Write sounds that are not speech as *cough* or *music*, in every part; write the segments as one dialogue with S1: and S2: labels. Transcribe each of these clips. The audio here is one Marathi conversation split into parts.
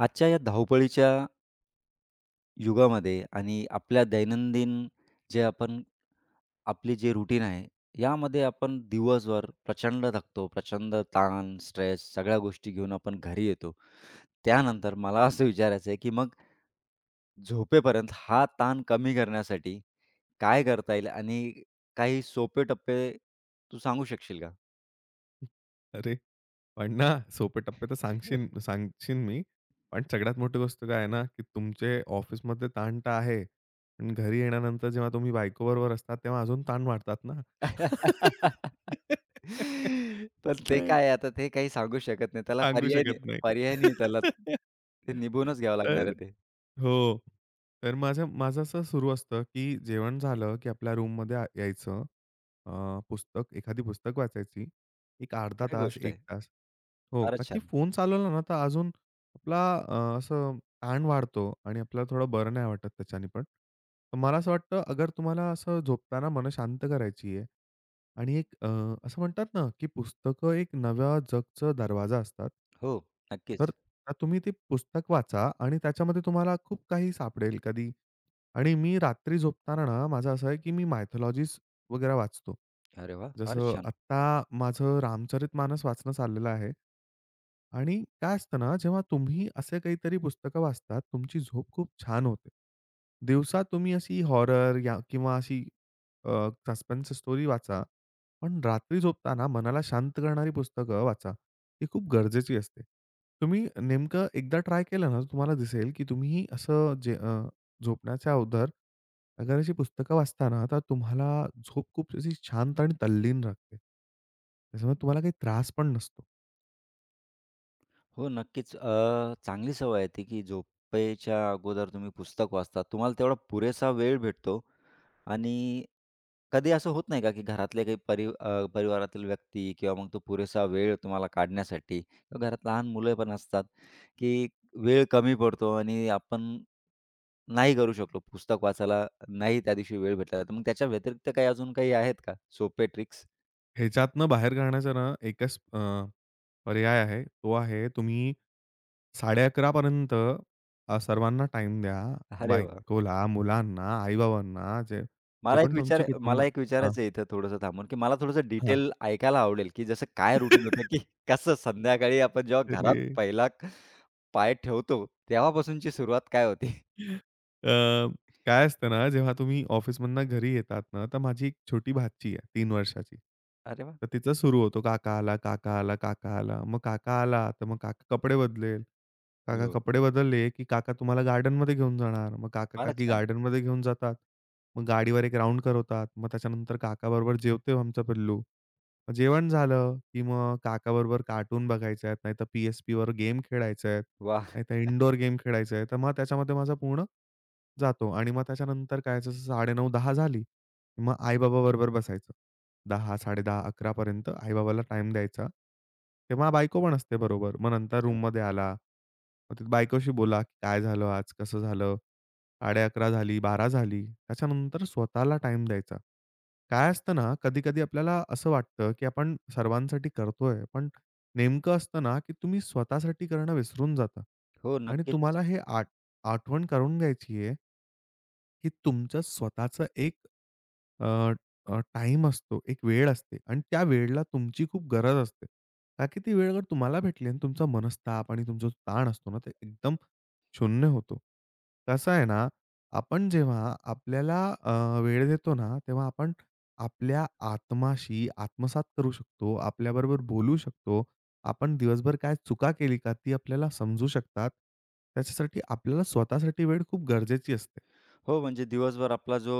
S1: आजच्या या धावपळीच्या युगामध्ये आणि आपल्या दैनंदिन जे आपण आपली जे रुटीन आहे, यामध्ये आपण दिवसभर प्रचंड थकतो, प्रचंड ताण, स्ट्रेस सगळ्या गोष्टी घेऊन आपण घरी येतो. त्यानंतर मला असं विचारायचं आहे, की मग झोपेपर्यंत हा ताण कमी करण्यासाठी काय करता येईल आणि काही सोपे टप्पे तू सांगू शकशील का?
S2: अरे! पण ना सोपे टप्पे तर सांगशील सांगशील मी. पण सगळ्यात मोठी गोष्ट काय आहे ना, की तुमचे ऑफिसमध्ये ताण तर आहे. पण घरी येण्यानंतर जेव्हा तुम्ही बायकोबरोबर असतात, तेव्हा अजून ताण वाढतात ना.
S1: *laughs*
S2: *laughs*
S1: पण ते
S2: नाही.
S1: काय आता ते काही सांगू शकत नाही. त्याला
S2: सांगू
S1: पर्याय नाही,
S2: शकत नाही.
S1: पर्याय नाही त्याला. ते
S2: *laughs*
S1: निभूनच घ्यावं लागणार
S2: तर
S1: आहे ते.
S2: हो. तर माझं माझं असं सुरू असतं, की जेवण झालं, की आपल्या रूममध्ये यायचं. एखादी पुस्तक वाचायची. एक अर्धा
S1: काय
S2: तास,
S1: गोष्ट आहे.
S2: एक तास. हो,
S1: फारच
S2: का की
S1: छान.
S2: फोन चालवला ना, तर अजून आपला असं ताण वाढतो आणि आपल्याला थोडं बरं नाही वाटत त्याच्याने पण. तर मला असं वाटतं, अगर तुम्हाला असं झोपताना मन शांत करायची आहे, आणि एक असं म्हणतात ना, की पुस्तकं एक नव्या जगचा दरवाजा असतात.
S1: हो,
S2: तर
S1: नक्कीच.
S2: तुम्ही ते पुस्तक वाचा आणि त्याच्यामध्ये तुम्हाला खूप काही सापडेल. कधी आणि मी रात्री झोपताना ना, माझं असं आहे, की मी मायथॉलॉजीज वगैरे वाचतो.
S1: अरे वाह! फारच
S2: जसं
S1: छान.
S2: आत्ता माझं रामचरित मानस वाचणं चाललेलं आहे. आणि काय असतं ना, जेव्हा तुम्ही असे काहीतरी पुस्तकं वाचतात, तुमची झोप खूप छान होते. दिवसा तुम्ही अशी हॉरर या किंवा अशी अ, सस्पेन्स स्टोरी वाचा. पण रात्री झोपताना मनाला शांत करणारी पुस्तकं वाचा. ही खूप गरजेची असते. तुम्ही नेमकं एकदा ट्राय केलं ना, तर तुम्हाला दिसेल, की तुम्ही असं जे झोपण्याच्या अगोदर अगर अशी पुस्तकं वाचता ना, तर तुम्हाला झोप खूप अशी शांत आणि तल्लीन लागते. त्याच्यामुळे तुम्हाला काही त्रास पण नसतो.
S1: हो, नक्कीच. चांगली सवय आहे ती, की झोपेच्या अगोदर तुम्ही पुस्तक वाचता. तुम्हाला तेवढा पुरेसा वेळ भेटतो आणि कधी असं होत नाही का, की घरातले काही परिवारातील व्यक्ती किंवा मग तो पुरेसा वेळ तुम्हाला काढण्यासाठी किंवा घरात लहान मुलं पण असतात, की वेळ कमी पडतो आणि आपण नाही करू शकलो. पुस्तक वाचायला नाही त्या दिवशी वेळ भेटला. तर मग त्याच्या व्यतिरिक्त काही अजून काही आहेत का सोपे ट्रिक्स?
S2: ह्याच्यातनं बाहेर काढण्याचा ना एकच पर्याय आहे. तो आहे तुम्ही 11:30 पर्यंत सर्वांना टाईम द्या.
S1: अरे वाह!
S2: बायकोला, मुलांना, आई-बाबांना, जे जे पण तुमचे कुटुंब.
S1: मला एक
S2: हां,
S1: विचारायचं आहे इथं थोडंसं थांबून, की मला थोडंसं
S2: हां.
S1: डिटेल ऐकायला आवडेल, की जसं काय रुटीन होतं, की
S2: *laughs*
S1: कसं संध्याकाळी आपण जेव्हा घरात
S2: अरे!
S1: पहिला पाय ठेवतो, तेव्हापासूनची सुरुवात काय होते?
S2: अ, काय असतं ना, जेव्हा तुम्ही ऑफिसमधनं घरी येतात ना, तर माझी एक छोटी भाची आहे 3 वर्षाची.
S1: अरे वाह!
S2: तर तिचं सुरू होतो, "काका आला, काका आला, काका आला." मग काका आला, तर मग काका कपडे बदलेल. काका
S1: हो,
S2: कपडे बदलले, की काका तुम्हाला गार्डनमध्ये घेऊन जाणार. मग
S1: फारच
S2: काका-काकी
S1: छान.
S2: गार्डनमध्ये घेऊन जातात. मग गाडीवर एक राउंड करवतात. मग त्याच्यानंतर काकाबरोबर जेवतो आमचा पिल्लू. मग जेवण झालं, की मग काकाबरोबर कार्टून बघायचे आहेत, नाहीतर पी-एस-पीवर गेम खेळायचे आहेत.
S1: वाह!
S2: नाही तर इनडोअर गेम खेळायचा आहे, तर मग त्याच्यामध्ये माझा पूर्ण जातो. आणि मग त्याच्यानंतर काय जसं 9:30 10 झाली, मग आई-बाबाबरोबर बसायचं. 10, 10:30, 11 पर्यंत आई-बाबाला टाईम द्यायचा. तेव्हा बायको पण असते बरोबर. मग नंतर
S1: छान.
S2: रूममध्ये आला. मग ते बायकोशी बोला, "काय झालं आज? कसं झालं?" 11:30 झाली, 12:00 झाली. त्याच्यानंतर स्वतःला टाईम द्यायचा. काय असतं ना, कधी-कधी आपल्याला असं वाटतं, की आपण सर्वांसाठी करतोय, पण नेमकं असतं ना, की तुम्ही स्वतःसाठी करणं विसरून जाता
S1: हो,
S2: आणि
S1: नक्कीच.
S2: तुम्हाला हे आठवण करून घ्यायची आहे, की तुमचं स्वतःचं एक अ, टाईम असतो, एक वेळ असते आणि त्या वेळेला तुमची खूप गरज असते. का की ती वेळ जर तुम्हाला भेटली आणि तुमचा मनस्ताप आणि तुमचा जो ताण असतो ना, ते एकदम शून्य होतो. कसं आहे ना, आपण जेव्हा आपल्याला वेळ देतो ना, तेव्हा आपण आपल्या आत्माशी आत्मसात करू शकतो, आपल्याबरोबर बोलू शकतो. आपण दिवसभर काय चुका केली का, ती आपल्याला समजू शकतात. त्याच्यासाठी आपल्याला स्वतःसाठी वेळ खूप गरजेची असते.
S1: हो, म्हणजे दिवसभर आपला जो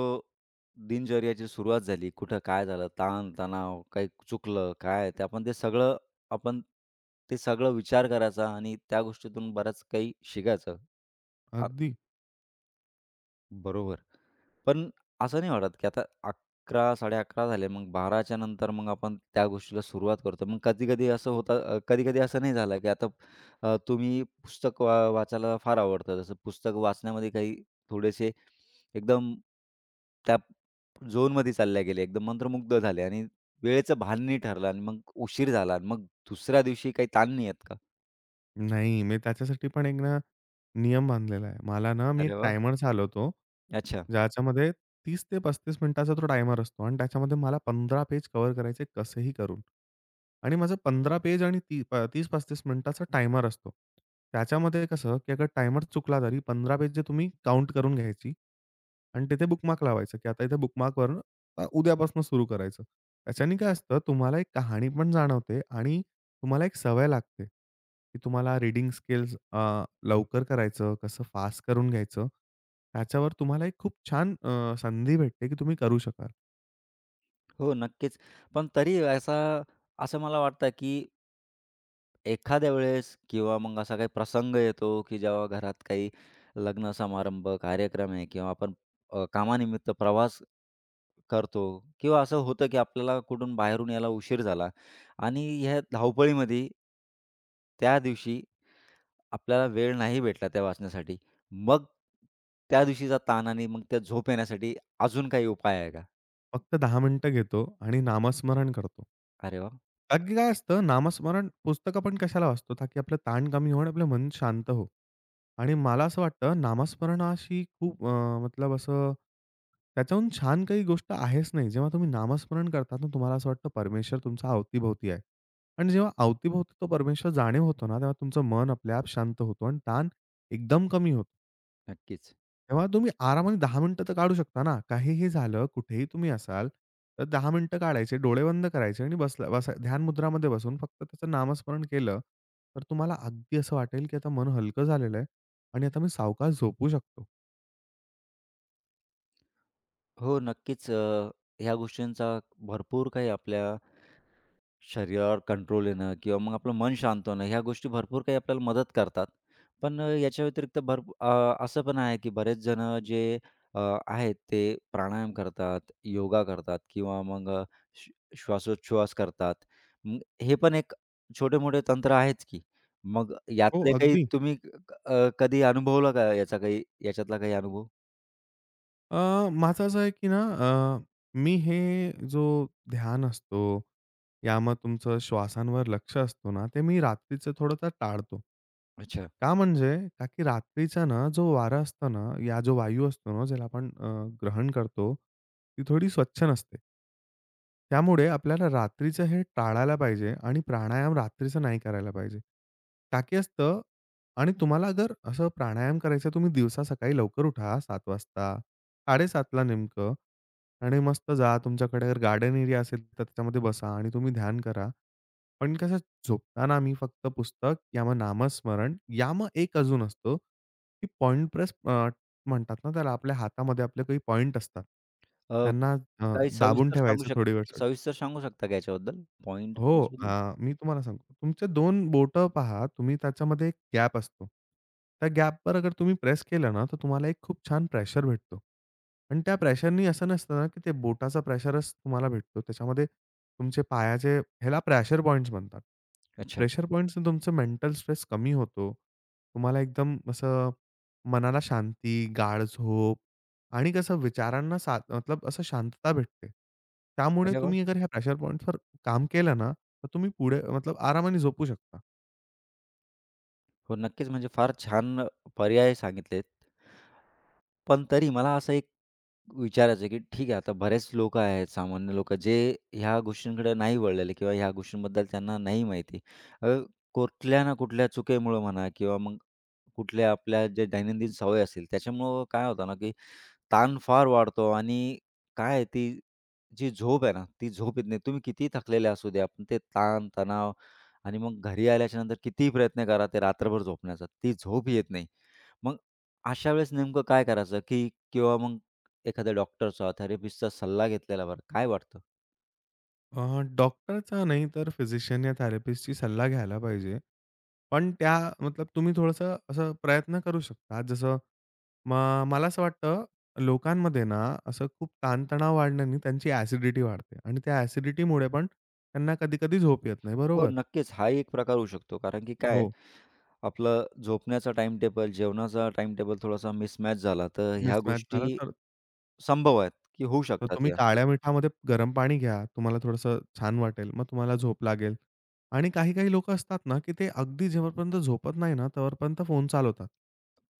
S1: दिनचर्याची सुरुवात झाली, कुठं काय झालं, ताण-तणाव, काही चुकलं, काय ते आपण ते सगळं विचार करायचा आणि त्या गोष्टीतून बराच काही शिकायचं. आ
S2: अगदी.
S1: बरोबर. पण असं नाही वाटत, की आता 11 11:30 झाले, मग 12च्या नंतर मग आपण त्या गोष्टीला सुरुवात करतो. मग कधी-कधी असं होतं कधी-कधी असं नाही झालं, की आता तुम्ही पुस्तक वाचायला फार आवडतं. जसं पुस्तक वाचण्यामध्ये काही थोडेसे एकदम त्या झोनमध्ये चालले गेले, एकदम मंत्रमुग्ध झाले आणि वेळेचं भान नाही ठरलं आणि मग उशीर झाला आणि मग दुसऱ्या दिवशी काही ताण नाही येत का?
S2: नाही, मी त्याच्यासाठी पण एक ना, नियम बांधलेला आहे. मला ना, मी एक
S1: अरे वाह!
S2: टायमर चालवतो,
S1: अच्छा.
S2: ज्याच्यामध्ये 30 ते 35 मिनिटाचा तो टायमर असतो आणि त्याच्यामध्ये मला 15 पेज कव्हर करायचे कसेही करून. आणि माझं 15 पेज आणि ती 30-35 मिनिटाचा टायमर असतो. त्याच्यामध्ये कसं, की अगर टायमर चुकला तरी 15 पेज जे तुम्ही काउंट करून घ्यायची आणि तिथे बुकमार्क लावायचं, की आता इथे बुकमार्कवरून उद्यापासून सुरू करायचं. त्याच्याने काय असतं, तुम्हाला एक कहाणी पण जाणवते आणि तुम्हाला एक सवय लागते, की तुम्हाला रीडिंग स्किल्स लवकर करायचं, कसं फास्ट करून घ्यायचं. त्याच्यावर तुम्हाला एक खूप छान संधी भेटते, की तुम्ही करू शकाल.
S1: हो, नक्कीच. पण तरी असं मला वाटतं, की एखाद्या वेळेस किंवा मग असा काही प्रसंग येतो, की जेव्हा घरात काही लग्न समारंभ, कार्यक्रम आहे किंवा आपण कामानिमित्त प्रवास करतो किंवा असं होतं, की आपल्याला कुठून बाहेरून यायला उशीर झाला आणि ह्या धावपळीमध्ये त्या दिवशी आपल्याला वेळ नाही भेटला त्या वाचण्यासाठी. मग त्या दिवशीचा ताण आणि मग त्या झोप येण्यासाठी अजून काही उपाय आहे का?
S2: फक्त 10 मिनिटं घेतो आणि नामस्मरण करतो.
S1: अरे वाह!
S2: कारण की काय असतं नामस्मरण, पुस्तकं आपण कशाला वाचतो? ताकी आपलं ताण कमी हो आणि आपलं मन शांत हो. आणि मला असं वाटतं नामस्मरणाशी खूप मतलब असं त्याच्याहून छान काही गोष्ट आहेच नाही. जेव्हा तुम्ही नामस्मरण करतात ना, तुम्हाला असं वाटतं परमेश्वर तुमच्या अवतीभोवती आहे. आणि जेव्हा अवतीभोवती तो परमेश्वर जाणीव होतो ना, तेव्हा तुमचं मन आपल्या आप शांत होतो आणि ताण एकदम कमी होतो.
S1: नक्कीच.
S2: तेव्हा तुम्ही आरामाने 10 मिनिटं तर काढू शकता ना. काहीही झालं, कुठेही तुम्ही असाल, तर 10 मिनिटं काढायचे, डोळे बंद करायचे आणि बसा ध्यान मुद्रामध्ये बसून फक्त त्याचं नामस्मरण केलं, तर तुम्हाला अगदी असं वाटेल की आता मन हलकं झालेलं आहे आणि आता मी सावकाश झोपू शकतो.
S1: हो, नक्कीच. ह्या गोष्टींचा भरपूर काही आपल्या शरीरावर कंट्रोल येणं किंवा मग आपलं मन शांत होणं, ह्या गोष्टी भरपूर काही आपल्याला मदत करतात. पण याच्या व्यतिरिक्त असं पण आहे, की बरेच जणं जे अ, आहेत ते प्राणायाम करतात, योगा करतात किंवा मग श्व श्वासोच्छ्वास करतात. मग हे पण एक छोटे-मोठे तंत्र आहेच की. मग
S2: हो,
S1: यातले काही
S2: अगदी.
S1: तुम्ही कधी अनुभवलं का याचा काही याच्यातला काही अनुभव?
S2: माझं असं आहे की ना अ, मी हे जो ध्यान असतो, या मग तुमचं श्वासांवर लक्ष असतो ना, ते मी रात्रीचं थोडंसं टाळतो.
S1: अच्छा.
S2: का की रात्रीचा ना जो वारा असतो ना, या जो वायू असतो ना, ज्याला आपण ग्रहण करतो, ती थोडी स्वच्छ नसते. त्यामुळे आपल्याला रात्रीचं हे टाळायला पाहिजे आणि प्राणायाम रात्रीचं नाही करायला पाहिजे. का की असतं, आणि तुम्हाला जर असं प्राणायाम करायचं तुम्ही दिवसा सकाळी लवकर उठा 7:00 वाजता, 7:30 ला नेमकं, आणि मस्त जा, तुमच्याकडे जर गार्डन एरिया असेल तर त्याच्यामध्ये बसा आणि तुम्ही ध्यान करा. पण कसं, झोपताना आम्ही फक्त पुस्तक या मग नामस्मरण, या मग एक अजून असतो, की पॉइंट प्रेस म्हणतात ना त्याला, आपल्या हातामध्ये आपले काही पॉइंट असतात.
S1: अ,
S2: त्यांना
S1: काही
S2: दाबून ठेवायचं थोडी वेळ.
S1: सविस्तर सांगू शकता का याच्याबद्दल? पॉइंट
S2: हो.
S1: प्लेसबद्दल?
S2: मी तुम्हाला सांगतो. तुमचे दोन बोटं पहा. तुम्ही त्याच्यामध्ये एक गॅप असतो. त्या गॅपवर अगर तुम्ही प्रेस केलं ना, तर तुम्हाला एक खूप छान प्रेशर भेटतो. पण त्या प्रेशरनी असं नसतं ना, की ते बोटाचा प्रेशरच तुम्हाला भेटतो. त्याच्यामध्ये तुमचे पायाचे ह्याला प्रेशर पॉइंट्स म्हणतात.
S1: अच्छा.
S2: प्रेशर पॉइंट्सने तुमचं मेंटल स्ट्रेस कमी होतो. तुम्हाला एकदम असं मनाला शांती, गाढ झोप आणि कसं विचारांना मतलब असं शांतता भेटते. त्यामुळे
S1: अरे वाह!
S2: तुम्ही अगर ह्या प्रेशर पॉइंट्सवर काम केलं ना, तर तुम्ही पुढे आरामाने झोपू शकता.
S1: हो, नक्कीच. म्हणजे फार छान पर्याय सांगितलेत. पण तरी मला असं एक विचारायचं आहे, की ठीक आहे, आता बरेच लोकं आहेत, सामान्य लोकं, जे ह्या गोष्टींकडे नाही वळलेले किंवा ह्या गोष्टींबद्दल त्यांना नाही माहिती. अ, कुठल्या ना कुठल्या चुकीमुळं म्हणा किंवा मग कुठल्या आपल्या ज्या दैनंदिन सवय असतील, त्याच्यामुळं काय होतं ना, की ताण फार वाढतो आणि काय आहे, ती जी झोप आहे ना, ती झोप येत नाही. तुम्ही कितीही थकलेले असू द्या, पण ते ताण, तणाव आणि मग घरी आल्याच्यानंतर कितीही प्रयत्न करा ते रात्रभर झोपण्याचा, ती झोप येत नाही. मग अशा वेळेस नेमकं काय करायचं, की किंवा मग एखाद्या डॉक्टरचा, थेरपिस्टचा सल्ला घेतलेला बरा. काय वाटतं?
S2: डॉक्टरचा नाही तर फिजिशियन या थेरपिस्टची सल्ला घ्यायला पाहिजे. पण त्या तुम्ही थोडंसं असं प्रयत्न करू शकता. जसं, मग मला असं वाटतं लोकांमध्ये ना, असं खूप ताणतणाव वाढल्याने त्यांची ॲसिडिटी वाढते आणि त्या ॲसिडिटीमुळे पण त्यांना कधी-कधी झोप येत नाही,
S1: हो,
S2: बरोबर?
S1: नक्कीच. हा एक प्रकार होऊ शकतो. कारण की काय आहे,
S2: हो.
S1: आपलं झोपण्याचा टाईमटेबल, जेवणाचा टाईमटेबल थोडासा मिसमॅच झाला, तर ह्या
S2: मिसमॅच झाला
S1: गोष्टी
S2: तर,
S1: संभव आहेत, की होऊ
S2: तर
S1: शकतात
S2: तुम्ही
S1: या.
S2: काळ्या मिठामध्ये गरम पाणी घ्या. तुम्हाला थोडंसं छान वाटेल. मग तुम्हाला झोप लागेल. आणि काही-काही लोकं असतात ना, की ते अगदी जेव्हापर्यंत झोपत नाही ना, तेव्हापर्यंत फोन चालवतात.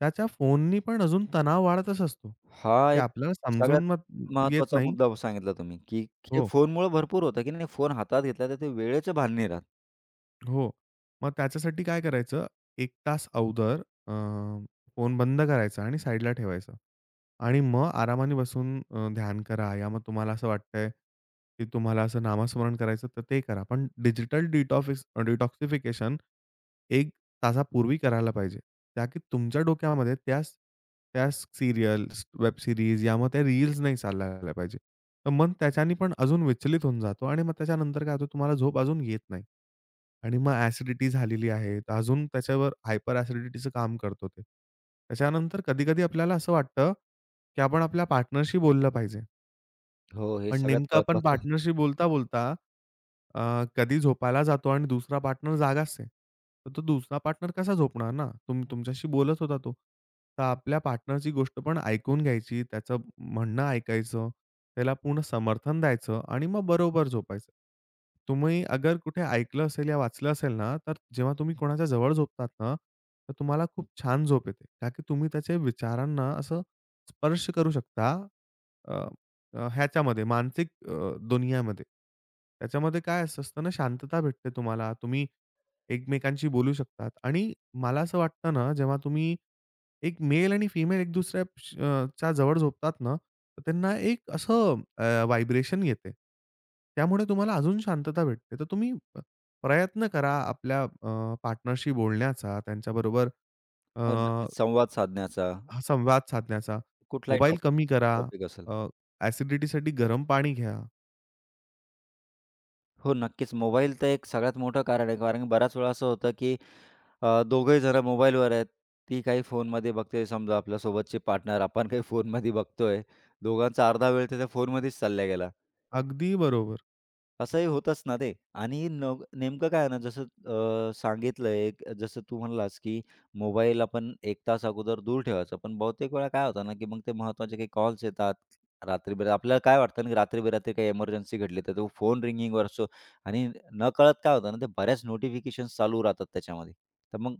S2: त्याच्या फोननी पण अजून तणाव वाढतच असतो.
S1: हा
S2: ते
S1: एक
S2: आपल्याला
S1: सगळ्यात
S2: समजून मग येत
S1: महत्त्वाचा
S2: नाही.
S1: मुद्दा सांगितला तुम्ही, की हे
S2: हो.
S1: फोनमुळं भरपूर होतं, की नाही फोन हातात घेतला तर ते वेळेचं भान नाही राहत.
S2: हो. मग त्याच्यासाठी काय करायचं, 1 तास अगोदर अ, फोन बंद करायचा आणि साईडला ठेवायचा. आणि मग आरामाने बसून ध्यान करा, या मग तुम्हाला असं वाटतंय, की तुम्हाला असं नामस्मरण करायचं तर ते करा. पण डिजिटल डिटॉक्सिफिकेशन तासापूर्वी करायला पाहिजे. त्या की तुमच्या डोक्यामध्ये त्याच त्याच सीरियल्स, वेब सीरीज या मग त्या रील्स नाही चालायला पाहिजे. तर मन त्याच्याने पण अजून विचलित होऊन जातो आणि मग त्याच्यानंतर काय होतं, तुम्हाला झोप अजून येत नाही. आणि मग ॲसिडिटी झालेली आहे. तर अजून त्याच्यावर हायपर ॲसिडिटीचं काम करतो ते. त्याच्यानंतर कधी-कधी आपल्याला असं वाटतं, की आपण आपल्या पार्टनरशी बोललं पाहिजे.
S1: हो, हे
S2: पण
S1: सगळ्यात
S2: नेमकं आपण
S1: महत्त्वाचं.
S2: पार्टनरशी बोलता-बोलता अ, कधी झोपायला जातो आणि दुसरा पार्टनर जागाच आहे. तर तो दुसरा पार्टनर कसा झोपणार ना? तुमच्याशी बोलत होता तो. तर आपल्या पार्टनरची गोष्ट पण ऐकून घ्यायची, त्याचं म्हणणं ऐकायचं, त्याला पूर्ण समर्थन द्यायचं आणि मग बरोबर झोपायचं. तुम्ही अगर कुठे ऐकलं असेल या वाचलं असेल ना, तर जेव्हा तुम्ही कोणाच्या जवळ झोपतात ना, तर तुम्हाला खूप छान झोप येते. का की तुम्ही त्याच्या विचारांना असं स्पर्श करू शकता. ह्याच्यामध्ये मानसिक दुनियामध्ये. त्याच्यामध्ये काय असं असतं ना, शांतता भेटते तुम्हाला. तुम्ही एकमेकांशी बोलू शकतात. आणि मला असं वाटतं ना, जेव्हा तुम्ही एक मेल आणि फिमेल एक दुसऱ्या च्या जवळ झोपतात ना, तर त्यांना एक असं व्हायब्रेशन येते. त्यामुळे तुम्हाला अजून शांतता भेटते. तर तुम्ही प्रयत्न करा आपल्या पार्टनरशी बोलण्याचा, त्यांच्याबरोबर अ,
S1: हो, नक्कीच. संवाद साधण्याचा
S2: हा संवाद साधण्याचा.
S1: कुठलाही
S2: मोबाईल कमी करा.
S1: टॉपिक असेल.
S2: ॲसिडिटीसाठी गरम पाणी घ्या.
S1: हो, नक्कीच. मोबाईल तर एक सगळ्यात मोठं कारण आहे. कारण बऱ्याच वेळा असं होतं, की दोघंही जण मोबाईलवर आहेत. ती काही फोनमध्ये बघते. समजा आपल्यासोबतची पार्टनर, आपण काही फोनमध्ये बघतोय. दोघांचा अर्धा वेळ तिथे फोनमध्येच चालला गेला.
S2: अगदी बरोबर.
S1: असंही होतच ना ते आणि नेमकं काय आहे ना जसं सांगितलं एक जसं तू म्हणलास, की मोबाईल आपण 1 तास अगोदर दूर ठेवायचा. पण बहुतेक वेळा काय होतं ना, की मग ते महत्त्वाचे काही कॉल्स येतात रात्री-बेरात्री. आपल्याला काय वाटतं ना, की रात्री-बेरात्री काही इमर्जन्सी घडली तर तो फोन रिंगिंगवर असतो आणि नकळत काय होतं ना, ते बऱ्याच नोटिफिकेशन्स चालू राहतात त्याच्यामध्ये. तर मग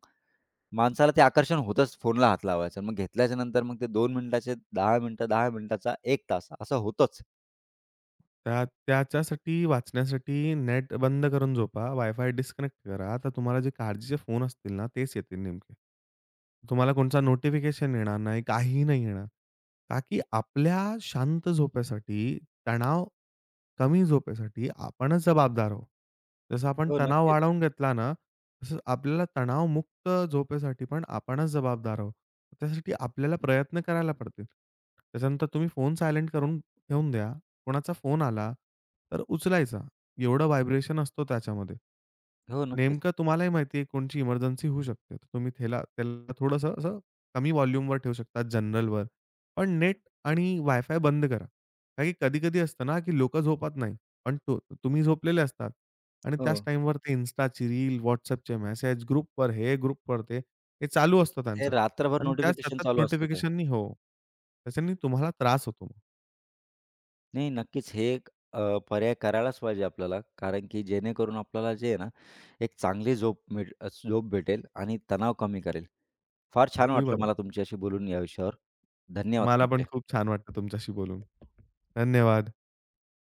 S1: माणसाला ते आकर्षण होतंच फोनला हात लावायचं. मग घेतल्याच्या नंतर मग ते 2 मिनिटाचे 10 मिनिटं, 10 मिनिटाचा 1 तास असं होतंच.
S2: त्याच्यासाठी वाचण्यासाठी नेट बंद करून झोपा, वायफाय डिस्कनेक्ट करा. तर तुम्हाला जे काळजीचे फोन असतील ना, तेच येतील नेमके. तुम्हाला कोणचा नोटिफिकेशन येणार नाही, काहीही नाही येणार. का की आपल्या शांत झोपेसाठी, तणाव कमी झोपेसाठी आपणच जबाबदार आहोत. जसं आपण
S1: हो,
S2: तणाव
S1: नक्कीच.
S2: वाढवून घेतला ना, तसंच आपल्याला तणावमुक्त झोपेसाठी पण आपणच जबाबदार आहोत. त्यासाठी आपल्याला प्रयत्न करायला पडतील. त्याच्यानंतर तुम्ही फोन सायलेंट करून ठेवून द्या. कोणाचा फोन आला, तर उचलायचा. एवढं व्हायब्रेशन असतो त्याच्यामध्ये.
S1: हो, नक्कीच.
S2: नेमकं तुम्हालाही माहिती आहे कोणची इमर्जन्सी होऊ शकते. तर तुम्ही त्याला त्याला थोडंसं असं कमी व्हॉल्यूमवर ठेवू शकता, जनरलवर. पण नेट आणि वायफाय बंद करा. कारण की कधी-कधी असतं ना, की लोकं झोपत नाही. पण तो तुम्ही झोपलेले असतात आणि
S1: हो.
S2: त्याच टाईमवर ते Instaची रील, WhatsAppचे मेसेज, ग्रुपवर हे, ग्रुपवर ते, हे चालू असतं
S1: ते
S2: त्यांचं.
S1: रात्रभर
S2: आणि त्या
S1: नोटिफिकेशन
S2: सतत
S1: चालू असतं ते.
S2: नोटिफिकेशननी हो. त्याच्यानी तुम्हाला त्रास होतो मग.
S1: नाही, नक्कीच हे एक पर्याय करायलाच पाहिजे आपल्याला. कारण की जेणेकरून आपल्याला जे आहे ना, एक चांगली झोप झोप भेटेल आणि तणाव कमी करेल. फार छान
S2: अगदी
S1: वाटलं
S2: बरोबर.
S1: मला तुमच्याशी बोलून या विषयावर. धन्यवाद
S2: मला पण
S1: तुमचे.
S2: खूप छान वाटलं तुमच्याशी बोलून. धन्यवाद.